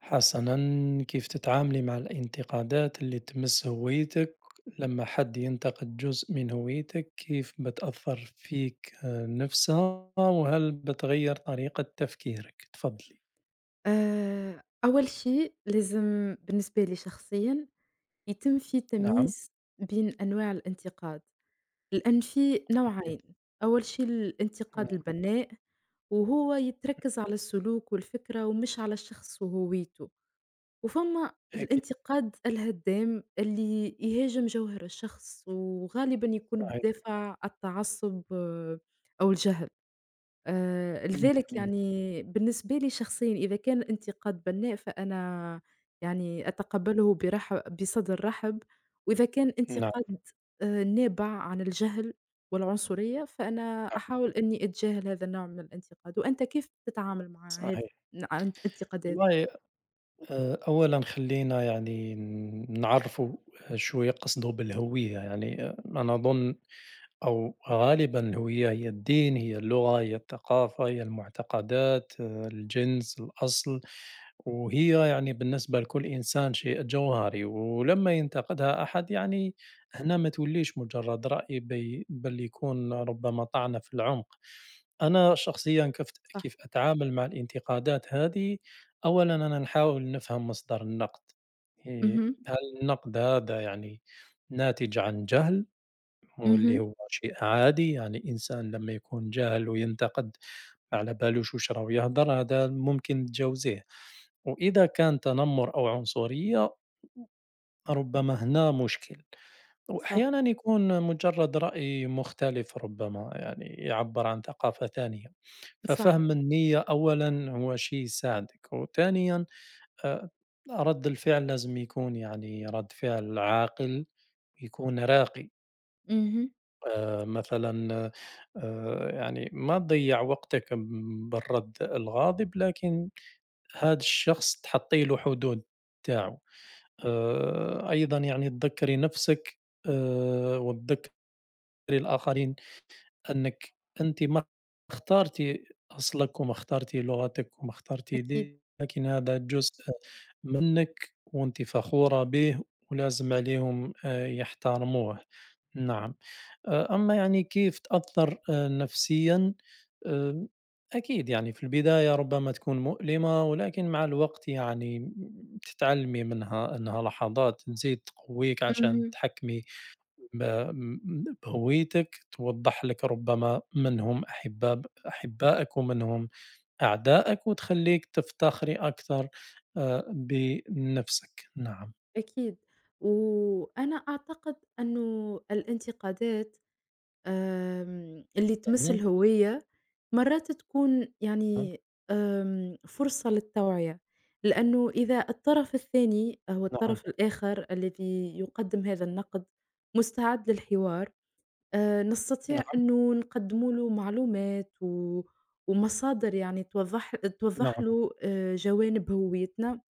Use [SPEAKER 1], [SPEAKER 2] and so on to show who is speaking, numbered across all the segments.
[SPEAKER 1] حسنًا، كيف تتعاملي مع الانتقادات اللي تمس هويتك؟ لما حد ينتقد جزء من هويتك كيف بتأثّر فيك نفسها، وهل بتغيّر طريقة تفكيرك؟ تفضّلي.
[SPEAKER 2] أول شيء لازم بالنسبة لي شخصيًا يتم في
[SPEAKER 1] نعم،
[SPEAKER 2] تمييز بين أنواع الانتقاد، لأن في
[SPEAKER 1] أكيد،
[SPEAKER 2] نوعين، أول شيء
[SPEAKER 1] نعم،
[SPEAKER 2] الانتقاد البناء وهو يتركز على السلوك والفكرة ومش على الشخص وهويته، وفما
[SPEAKER 1] أكيد
[SPEAKER 2] الانتقاد الهدام اللي يهاجم جوهر الشخص وغالبًا يكون
[SPEAKER 1] صحيح،
[SPEAKER 2] بدافع التعصب أو الجهل. لذلك
[SPEAKER 1] جميل،
[SPEAKER 2] يعني بالنسبة لي شخصيًا إذا كان الانتقاد بناء فأنا يعني أتقبله برح بصدر رحب، وإذا كان
[SPEAKER 1] نعم،
[SPEAKER 2] انتقاد نابع عن الجهل والعنصرية، فأنا
[SPEAKER 1] نعم،
[SPEAKER 2] أحاول إني أتجاهل هذا النوع من الانتقاد، وأنت كيف تتعامل مع هذه
[SPEAKER 1] صحيح.
[SPEAKER 2] انتقادات؟
[SPEAKER 1] والله أولًا خلّينا يعني نعرّفوا شوية قصده بالهوية، يعني أنا أظن أو غالبًا هوية هي الدين، هي اللغة، هي الثقافة، هي المعتقدات، الجنس، الأصل، وهي يعني بالنسبة لكل إنسان شيء جوهري، ولمّا ينتقدها أحد يعني هنا ما توليش مجرد رأي بل يكون ربما طعنة في العمق. أنا شخصيًا كيف
[SPEAKER 2] صح،
[SPEAKER 1] كيف أتعامل مع الانتقادات هذه، أولًا أنا نحاول نفهم مصدر النقد،
[SPEAKER 2] اهم،
[SPEAKER 1] هل النقد هذا يعني ناتج عن جهل؟ واللي
[SPEAKER 2] اهم.
[SPEAKER 1] هو شيء عادي، يعني الإنسان لمّا يكون جاهل وينتقد ما على بالوش واش راه يهضر، هذا ممكن تجاوزيه، وإذا كان تنمر أو عنصرية ربما هنا مشكل،
[SPEAKER 2] صح،
[SPEAKER 1] وأحيانًا يكون مجرد رأي مختلف ربما يعني يعبر عن ثقافة ثانية،
[SPEAKER 2] صح،
[SPEAKER 1] ففهم النية أولًا هو شيء يساعدك، وثانيًا آآ رد الفعل لازم يكون يعني رد فعل عاقل، يكون راقي.
[SPEAKER 2] اهم.
[SPEAKER 1] مثلًا يعني ما تضيّع وقتك بالرد الغاضب، لكن هاد الشخص تحطّي له حدود تاعو. أيضًا يعني تذكّري نفسك وتذكّري الآخرين أنِّك أنتِ ما اخترتِ أصلك وما اخترتِ لغتك وما اخترتِ
[SPEAKER 2] أكيد.
[SPEAKER 1] دينك، لكن هذا جزء منِّك وأنتِ فخورة به ولازم عليهم يحترموه. نعم. أما يعني كيف تأثّر نفسيًا، آآ أكيد يعني في البداية ربما تكون مؤلمة، ولكن مع الوقت يعني تتعلمي منها، أنها لحظات تزيد تقويك عشان
[SPEAKER 2] اهم،
[SPEAKER 1] تحكمي ب م بهويتك توضّح لك ربما من هم أحبائك ومن هم أعدائك، وتخلّيك تفتخري أكثر بنفسك، نعم،
[SPEAKER 2] أكيد. وأنا أعتقد إنه الانتقادات اللي تمس
[SPEAKER 1] إمم.
[SPEAKER 2] الهوية، مرات تكون
[SPEAKER 1] اهم،
[SPEAKER 2] يعني فرصة للتوعية، لأنه إذا الطرف الثاني أو
[SPEAKER 1] نعم،
[SPEAKER 2] الطرف الآخر الذي يقدم هذا النقد مستعد للحوار، نستطيع
[SPEAKER 1] نعم،
[SPEAKER 2] إنه نقدموا له معلومات و ومصادر يعني
[SPEAKER 1] نعم،
[SPEAKER 2] توضح
[SPEAKER 1] نعم،
[SPEAKER 2] له جوانب هويتنا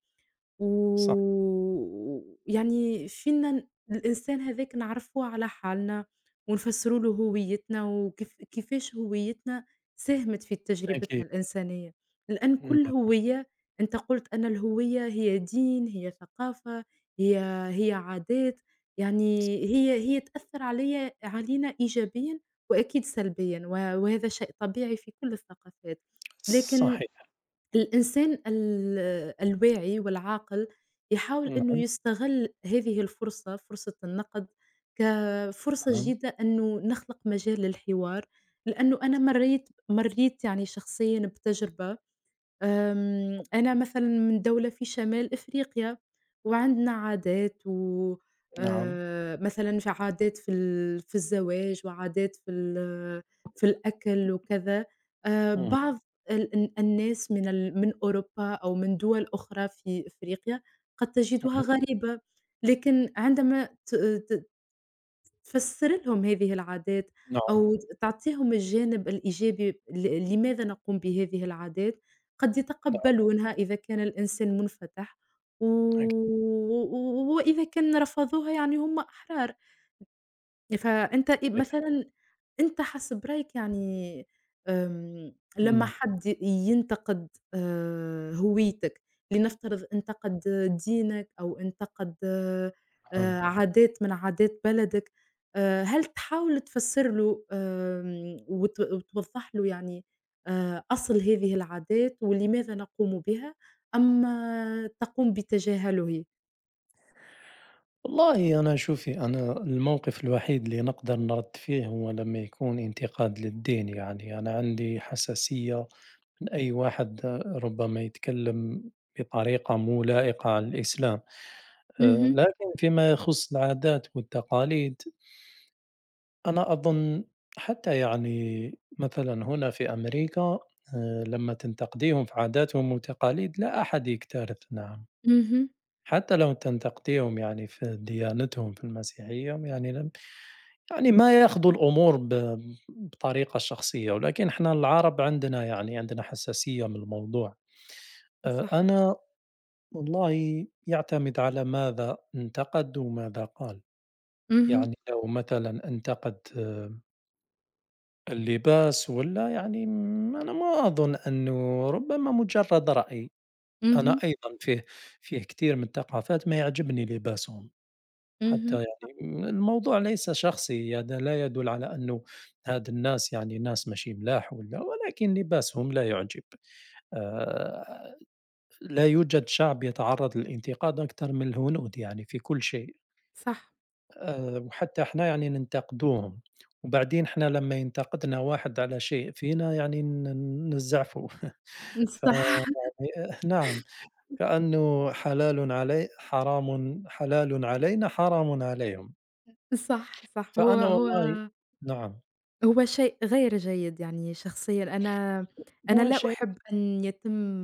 [SPEAKER 1] صح،
[SPEAKER 2] و يعني فينا الإنسان هذاك نعرّفوه على حالنا، ونفسّروا له هويتنا كيفاش هويتنا ساهمت في
[SPEAKER 1] أكيد،
[SPEAKER 2] تجربتنا الإنسانية، لأن كل
[SPEAKER 1] نعم،
[SPEAKER 2] هوية أنت قُلت أن الهوية هي دين، هي ثقافة، هي هي عادات،
[SPEAKER 1] ص
[SPEAKER 2] يعني هي تأثّر علينا إيجابيًا وأكيد سلبيًا، وهذا شيء طبيعي في كل الثقافات، لكن
[SPEAKER 1] صحيح،
[SPEAKER 2] الإنسان الواعي والعاقل يحاول إنه
[SPEAKER 1] نعم،
[SPEAKER 2] يستغل هذه الفرصة، فرصة النقد، كفرصة
[SPEAKER 1] نعم،
[SPEAKER 2] جديدة إنه نخلق مجال للحوار، لأنه أنا مرّيت يعني شخصيًا بتجربة أنا مثلًا من دولة في شمال إفريقيا، وعندنا عادات و
[SPEAKER 1] نعم،
[SPEAKER 2] مثلًا عادات في الزواج وعادات في الأكل وكذا.
[SPEAKER 1] اهم،
[SPEAKER 2] بعض ال الناس من أوروبا أو من دول أخرى في إفريقيا قد تجدها
[SPEAKER 1] اهم،
[SPEAKER 2] غريبة، لكن عندما ت ت تفسر لهم هذه العادات
[SPEAKER 1] نعم،
[SPEAKER 2] أو تعطيهم الجانب الإيجابي لماذا نقوم بهذه العادات، قد يتقبلونها إذا كان الإنسان منفتح و
[SPEAKER 1] أكيد،
[SPEAKER 2] و وإذا كان رفضوها يعني هم أحرار. فأنت إيه مثلًا أنت حسب رأيك يعني لمّا
[SPEAKER 1] إمم،
[SPEAKER 2] حد ينتقد هويتك، لنفترض انتقد دينك أو انتقد
[SPEAKER 1] نعم.
[SPEAKER 2] عادات من عادات بلدك، هل تحاول تفسر له وتوضح له يعني أصل هذه العادات ولماذا نقوم بها، أما تقوم بتجاهله؟
[SPEAKER 1] والله أنا شوفي أنا الموقف الوحيد اللي نقدر نرد فيه هو لمّا يكون انتقاد للدين، يعني أنا عندي حساسية أي واحد ربما يتكلم بطريقة مو لائقة على الإسلام
[SPEAKER 2] اهم،
[SPEAKER 1] لكن فيما يخص العادات والتقاليد أنا أظن حتى يعني مثلًا هنا في أمريكا لمّا تنتقديهم في عاداتهم وتقاليد لا أحد يكترث نعم،
[SPEAKER 2] اهم،
[SPEAKER 1] حتى لو تنتقديهم يعني في ديانتهم في المسيحية يعني لم يعني ما ياخذوا الأمور بطريقة شخصية، ولكن إحنا العرب عندنا يعني عندنا حساسية من الموضوع.
[SPEAKER 2] صح،
[SPEAKER 1] أنا والله يعتمد على ماذا انتقد وماذا قال، إمم.
[SPEAKER 2] اهم،
[SPEAKER 1] يعني لو مثلًا انتقد اللباس والّا يعني أنا ما أظن أنه ربما مجرد رأي، إمم. أنا
[SPEAKER 2] اهم،
[SPEAKER 1] أيضًا فيه كثير من الثقافات ما يعجبني لباسهم، حتى إمم.
[SPEAKER 2] اهم.
[SPEAKER 1] يعني الموضوع ليس شخصي هذا لا يدل على أنه هاد الناس يعني ناس ماشي ملاح والّا ولكن لباسهم لا يعجب. آآ لا يوجد شعب يتعرض للانتقاد أكثر من الهنود يعني في كل شيء
[SPEAKER 2] صح،
[SPEAKER 1] وحتى إحنا يعني ننتقدوهم، وبعدين إحنا لمّا ينتقدنا واحد على شيء فينا يعني نزعفه
[SPEAKER 2] صح،
[SPEAKER 1] فيعني نعم كأنه حلال علي حرام حلال علينا حرام عليهم،
[SPEAKER 2] صح، صح.
[SPEAKER 1] فأنا
[SPEAKER 2] هو
[SPEAKER 1] والله نعم
[SPEAKER 2] شيء غير جيد يعني شخصيًا أنا
[SPEAKER 1] هو
[SPEAKER 2] لا
[SPEAKER 1] شيء
[SPEAKER 2] أحب أن يتم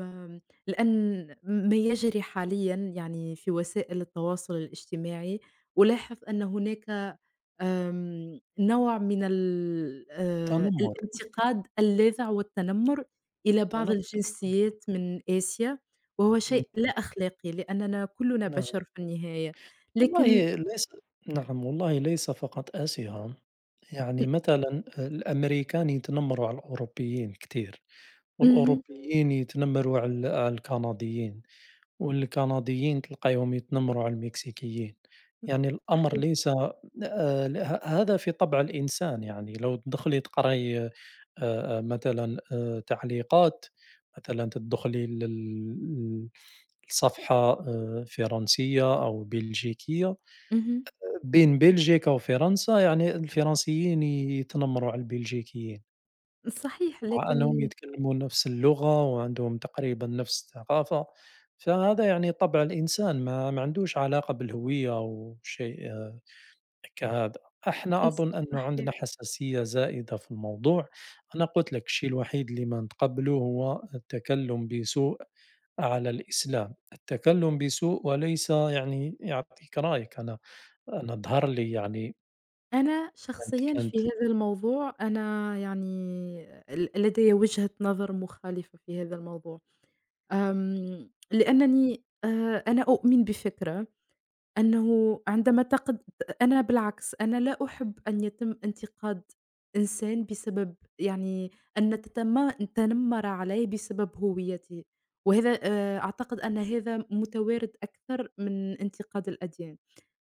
[SPEAKER 2] لأن ما يجري حاليًا يعني في وسائل التواصل الاجتماعي، ألاحظ أن هناك نوع من
[SPEAKER 1] تنمر،
[SPEAKER 2] الانتقاد اللاذع والتنمر إلى بعض
[SPEAKER 1] تنمر،
[SPEAKER 2] الجنسيات من آسيا، وهو
[SPEAKER 1] إمم،
[SPEAKER 2] شيء لا أخلاقي لأننا كلنا
[SPEAKER 1] نعم.
[SPEAKER 2] بشر في النهاية، لكن
[SPEAKER 1] والله ليس نعم والله ليس فقط آسيا يعني مثلا الأمريكان يتنمروا على الأوروبيين كتير
[SPEAKER 2] اهم.
[SPEAKER 1] والأوروبيين يتنمروا على على الكنديين والكنديين تلقاهم يتنمروا على المكسيكيين
[SPEAKER 2] إمم،
[SPEAKER 1] يعني الأمر
[SPEAKER 2] صحيح.
[SPEAKER 1] ليس هذا في طبع الإنسان يعني لو تدخلي تقرأي مثلا تعليقات مثلا تدخلي للصفحة فرنسية أو بلجيكية
[SPEAKER 2] اهم.
[SPEAKER 1] بين بلجيكا وفرنسا يعني الفرنسيين يتنمروا على البلجيكيين،
[SPEAKER 2] صحيح،
[SPEAKER 1] مع أنهم
[SPEAKER 2] لكن
[SPEAKER 1] يتكلموا نفس اللغة وعندهم تقريبًا نفس الثقافة، فهذا يعني طبع الإنسان ما عندوش علاقة بالهوية أو شيء كهذا. إحنا أظن أنه عندنا
[SPEAKER 2] صحيح.
[SPEAKER 1] حساسية زائدة في الموضوع، أنا قلت لك الشيء الوحيد اللي ما نتقبله هو التكلم بسوء على الإسلام، التكلم بسوء وليس يعني يعطيك رأيك أنا أنا ظهر لي يعني
[SPEAKER 2] أنا شخصيًا
[SPEAKER 1] كانت
[SPEAKER 2] في هذا الموضوع أنا يعني لدي وجهة نظر مخالفة في هذا الموضوع. لأنني أنا أؤمن بفكرة أنه عندما تقد أنا بالعكس، أنا لا أحب أن يتم انتقاد إنسان بسبب يعني أن نتنمر عليه بسبب هويته، وهذا أعتقد أن هذا متوارد أكثر من انتقاد الأديان،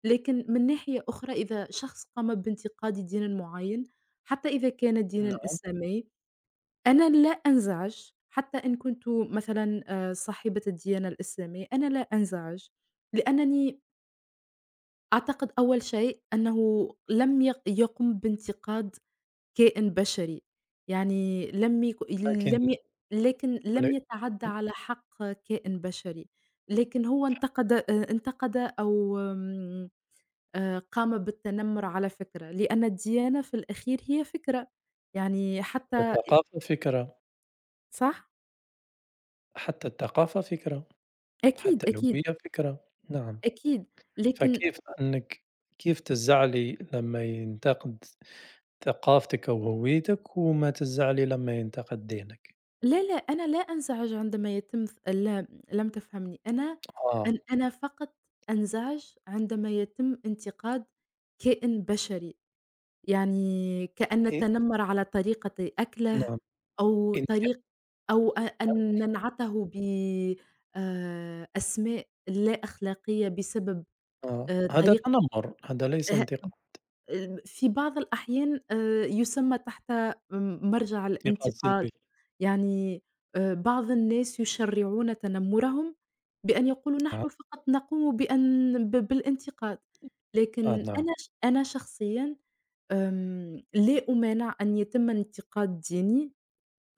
[SPEAKER 2] لكن من ناحية أخرى إذا شخص قام بانتقاد دين معين، حتى إذا كان دينًا
[SPEAKER 1] نعم،
[SPEAKER 2] إسلامي، أنا لا أنزعج حتى إن كنت مثلًا صاحبة الديانة الإسلامية، أنا لا أنزعج لأنني أعتقد أول شيء أنه لم يقم بانتقاد كائن بشري، يعني لم يك
[SPEAKER 1] لكن
[SPEAKER 2] لم ي لكن
[SPEAKER 1] ول
[SPEAKER 2] لم يتعدى على حق كائن بشري، لكن هو انتقد انتقد أو قام بالتنمر على فكرة، لأن الديانة في الأخير هي فكرة، يعني حتى
[SPEAKER 1] الثقافة فكرة،
[SPEAKER 2] صح؟
[SPEAKER 1] حتى الثقافة فكرة، حتى
[SPEAKER 2] أكيد، أكيد،
[SPEAKER 1] الهوية فكرة، نعم،
[SPEAKER 2] أكيد، لكن
[SPEAKER 1] فكيف أنك كيف تزعلي لما ينتقد ثقافتك أو هويتك، وما تزعلي لما ينتقد دينك؟
[SPEAKER 2] لا، لا، أنا لا أنزعج عندما يتم ث لا لم تفهمني،
[SPEAKER 1] آه،
[SPEAKER 2] أنا فقط أنزعج عندما يتم انتقاد كائن بشري، يعني كأن
[SPEAKER 1] إ
[SPEAKER 2] نتنمر على طريقة أكله
[SPEAKER 1] نعم،
[SPEAKER 2] أو
[SPEAKER 1] أنت
[SPEAKER 2] طريق أو أن ننعته أسماء لا أخلاقية بسبب
[SPEAKER 1] هذا
[SPEAKER 2] طريقة
[SPEAKER 1] تنمر، هذا ليس انتقاد
[SPEAKER 2] الم في بعض الأحيان يُسمّى تحت مرجع
[SPEAKER 1] انتقاد
[SPEAKER 2] الانتقاد،
[SPEAKER 1] سلبي،
[SPEAKER 2] يعني بعض الناس يشرّعون تنمُّرهم بأن يقولوا
[SPEAKER 1] نعم،
[SPEAKER 2] نحن فقط نقوم بأن بالانتقاد، لكن
[SPEAKER 1] نعم،
[SPEAKER 2] أنا شخصيًا لا أمانع أن يتم انتقاد ديني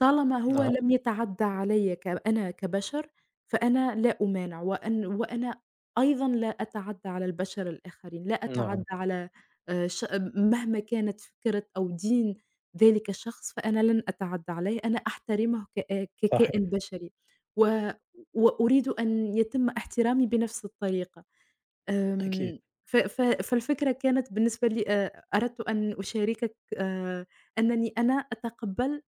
[SPEAKER 2] طالما هو
[SPEAKER 1] نعم،
[SPEAKER 2] لم يتعدى عليَّ ك أنا كبشر، فأنا لا أمانع، وأنا أيضًا لا أتعدى على البشر الآخرين، لا
[SPEAKER 1] نعم،
[SPEAKER 2] أتعدى على ش مهما كانت فكرة أو دين ذلك الشخص، فأنا لن أتعدى عليه، أنا أحترمه ككائن
[SPEAKER 1] صحيح،
[SPEAKER 2] بشري، و وأريد أن يتم احترامي بنفس الطريقة.
[SPEAKER 1] أكيد،
[SPEAKER 2] آمم، ف ف فالفكرة كانت بالنسبة لي أردت أن أشاركك أنني أنا أتقبل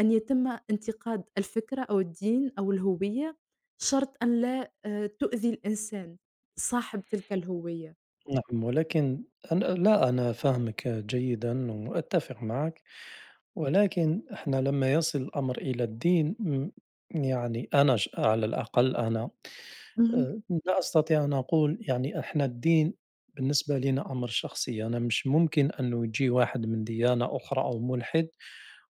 [SPEAKER 2] أن يتم انتقاد الفكرة أو الدين أو الهوية شرط أن لا تؤذي الإنسان صاحب تلك الهوية.
[SPEAKER 1] نعم، ولكن أنا لا، أنا فاهمِك جيدًا وأتفق معك. ولكن إحنا لما يصل الأمر إلى الدين يعني أنا على الأقل أنا
[SPEAKER 2] اهم،
[SPEAKER 1] آه، لا أستطيع أن أقول يعني إحنا الدين بالنسبة لنا أمر شخصي أنا مش ممكن أنه يجي واحد من ديانة أخرى أو ملحد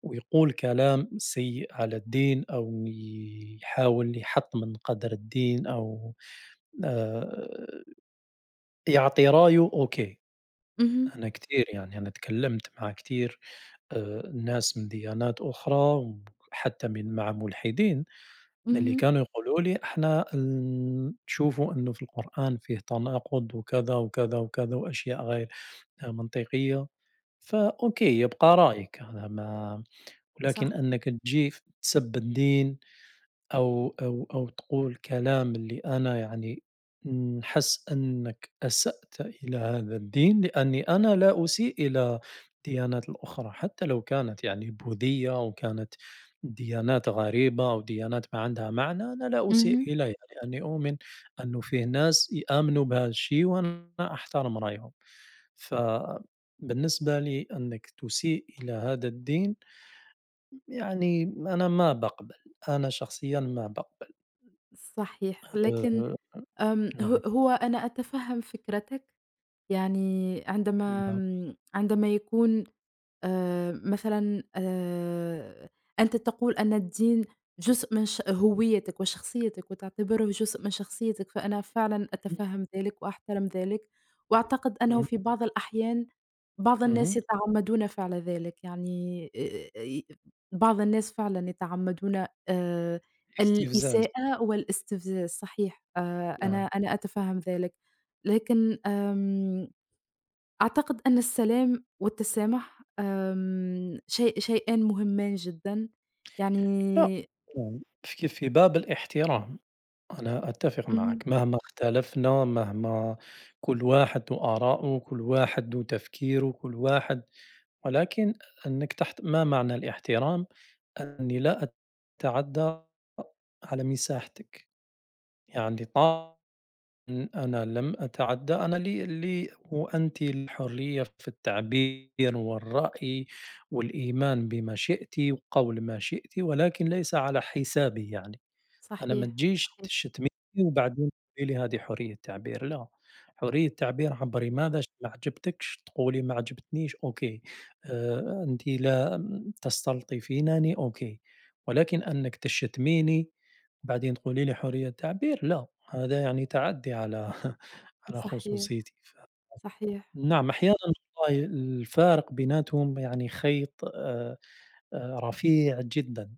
[SPEAKER 1] ويقول كلام سيء على الدين أو يحاول يحط من قدر الدين أو آه، يعطي رايه أوكي
[SPEAKER 2] اهم،
[SPEAKER 1] أنا كتير يعني أنا تكلمت مع كتير ناس من ديانات أخرى، وحتى من مع ملحدين، اللي
[SPEAKER 2] اهم،
[SPEAKER 1] كانوا يقولوا لي إحنا نشوفوا إنه في القرآن فيه تناقض وكذا، وكذا، وكذا، وأشياء غير منطقية، فأوكي يبقى رأيك هذا ما
[SPEAKER 2] صح.
[SPEAKER 1] ولكن أنك تجي تسب الدين أو أو تقول كلام اللي أنا يعني نحس أنك أسأت إلى هذا الدين لأني أنا لا أسيء إلى الديانات الأخرى حتى لو كانت يعني بوذية أو كانت ديانات غريبة أو ديانات ما عندها معنى أنا لا أسيء
[SPEAKER 2] اهم.
[SPEAKER 1] إليها لأني أؤمن أنه فيه ناس يآمنوا بهذا الشيء وأنا أحترم رأيهم فبالنسبة لي أنك تسيء إلى هذا الدين يعني أنا ما بقبل أنا شخصيا ما بقبل
[SPEAKER 2] صحيح، لكن
[SPEAKER 1] آآ
[SPEAKER 2] آمم
[SPEAKER 1] نعم،
[SPEAKER 2] ه هو أنا أتفهم فكرتك، يعني
[SPEAKER 1] نعم،
[SPEAKER 2] عندما يكون مثلًا أنت تقول أن الدين جزء من هويتك وشخصيتك وتعتبره جزء من شخصيتك، فأنا فعلًا
[SPEAKER 1] اهم،
[SPEAKER 2] أتفهم ذلك وأحترم ذلك، وأعتقد أنه
[SPEAKER 1] اهم،
[SPEAKER 2] في بعض الأحيان بعض
[SPEAKER 1] اهم،
[SPEAKER 2] الناس يتعمدون فعل ذلك، يعني ي بعض الناس فعلًا يتعمدون
[SPEAKER 1] استفزاز،
[SPEAKER 2] الإساءة والاستفزاز صحيح،
[SPEAKER 1] نعم،
[SPEAKER 2] أنا أتفهم ذلك، لكن أعتقد أن السلام والتسامح شيئان مهمان جدًا،
[SPEAKER 1] لأ،
[SPEAKER 2] يعني
[SPEAKER 1] نعم، في في باب الاحترام أنا أتفق
[SPEAKER 2] اهم،
[SPEAKER 1] معك، مهما اختلفنا، مهما كل واحد ذو آراءه، كل واحد ذو تفكيره، كل واحد ولكن أنك تحت ما معنى الاحترام؟ أني لا أتعدى على مساحتك، يعني إمم، أنا لم أتعدّى، أنا لي وأنتِ الحرية في التعبير والرأي والإيمان بما شئتِ وقول ما شئتِ، ولكن ليس على حسابي يعني. أنا ما
[SPEAKER 2] صحيح،
[SPEAKER 1] تجيش
[SPEAKER 2] صحيح،
[SPEAKER 1] تشتميني وبعدين تقولي لي هذه حرية تعبير، لا، حرية تعبير عبّري ماذا ما عجبتكش تقولي ما عجبتنيش أوكي، أنتِ لا تستلطفينني أوكي، ولكن أنِّك تشتميني وبعدين تقولي لي حرية تعبير لا، هذا يعني تعدي على على
[SPEAKER 2] صحيح،
[SPEAKER 1] خصوصيتي،
[SPEAKER 2] صحيح.
[SPEAKER 1] نعم أحيانًا والله الفارق بيناتهم يعني خيط رفيع جدًا،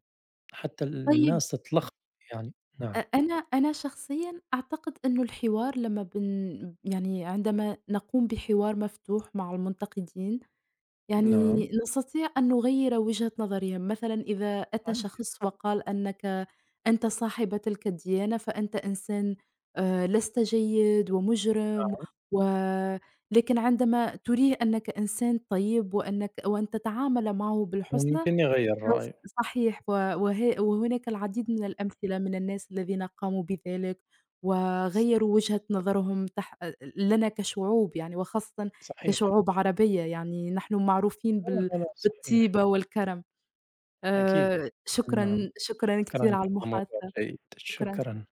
[SPEAKER 1] حتى
[SPEAKER 2] طيب
[SPEAKER 1] الناس تتلخبط يعني،
[SPEAKER 2] أ
[SPEAKER 1] نعم.
[SPEAKER 2] أنا أنا شخصيًا أعتقد إنه الحوار لمّا بن يعني عندما نقوم بحوار مفتوح مع المنتقدين
[SPEAKER 1] نعم
[SPEAKER 2] يعني نستطيع أن نغيّر وجهة نظرهم، مثلًا إذا أتى
[SPEAKER 1] صحيح،
[SPEAKER 2] شخص وقال أنك أنت صاحب تلك الديانة فأنت إنسان لست جيد ومجرم
[SPEAKER 1] نعم
[SPEAKER 2] و لكن عندما تُريه أنك إنسان طيب وأن تتعامل معه بالحسنى
[SPEAKER 1] ممكن يغيّر رأيه،
[SPEAKER 2] صحيح و وه وهناك العديد من الأمثلة من الناس الذين قاموا بذلك،
[SPEAKER 1] ص
[SPEAKER 2] وغيّروا وجهة نظرهم تح لنا كشعوب يعني، وخاصةً
[SPEAKER 1] صحيح،
[SPEAKER 2] كشعوب عربية يعني نحن معروفين
[SPEAKER 1] لا، لا، لا صحيح،
[SPEAKER 2] بالطيبة والكرم.
[SPEAKER 1] أكيد، نعم
[SPEAKER 2] شكرًا، شكرًا كتير
[SPEAKER 1] شكرًا
[SPEAKER 2] على
[SPEAKER 1] كان موضوع
[SPEAKER 2] المحادثة،
[SPEAKER 1] جيد،
[SPEAKER 2] شكرًا.
[SPEAKER 1] شكرًا.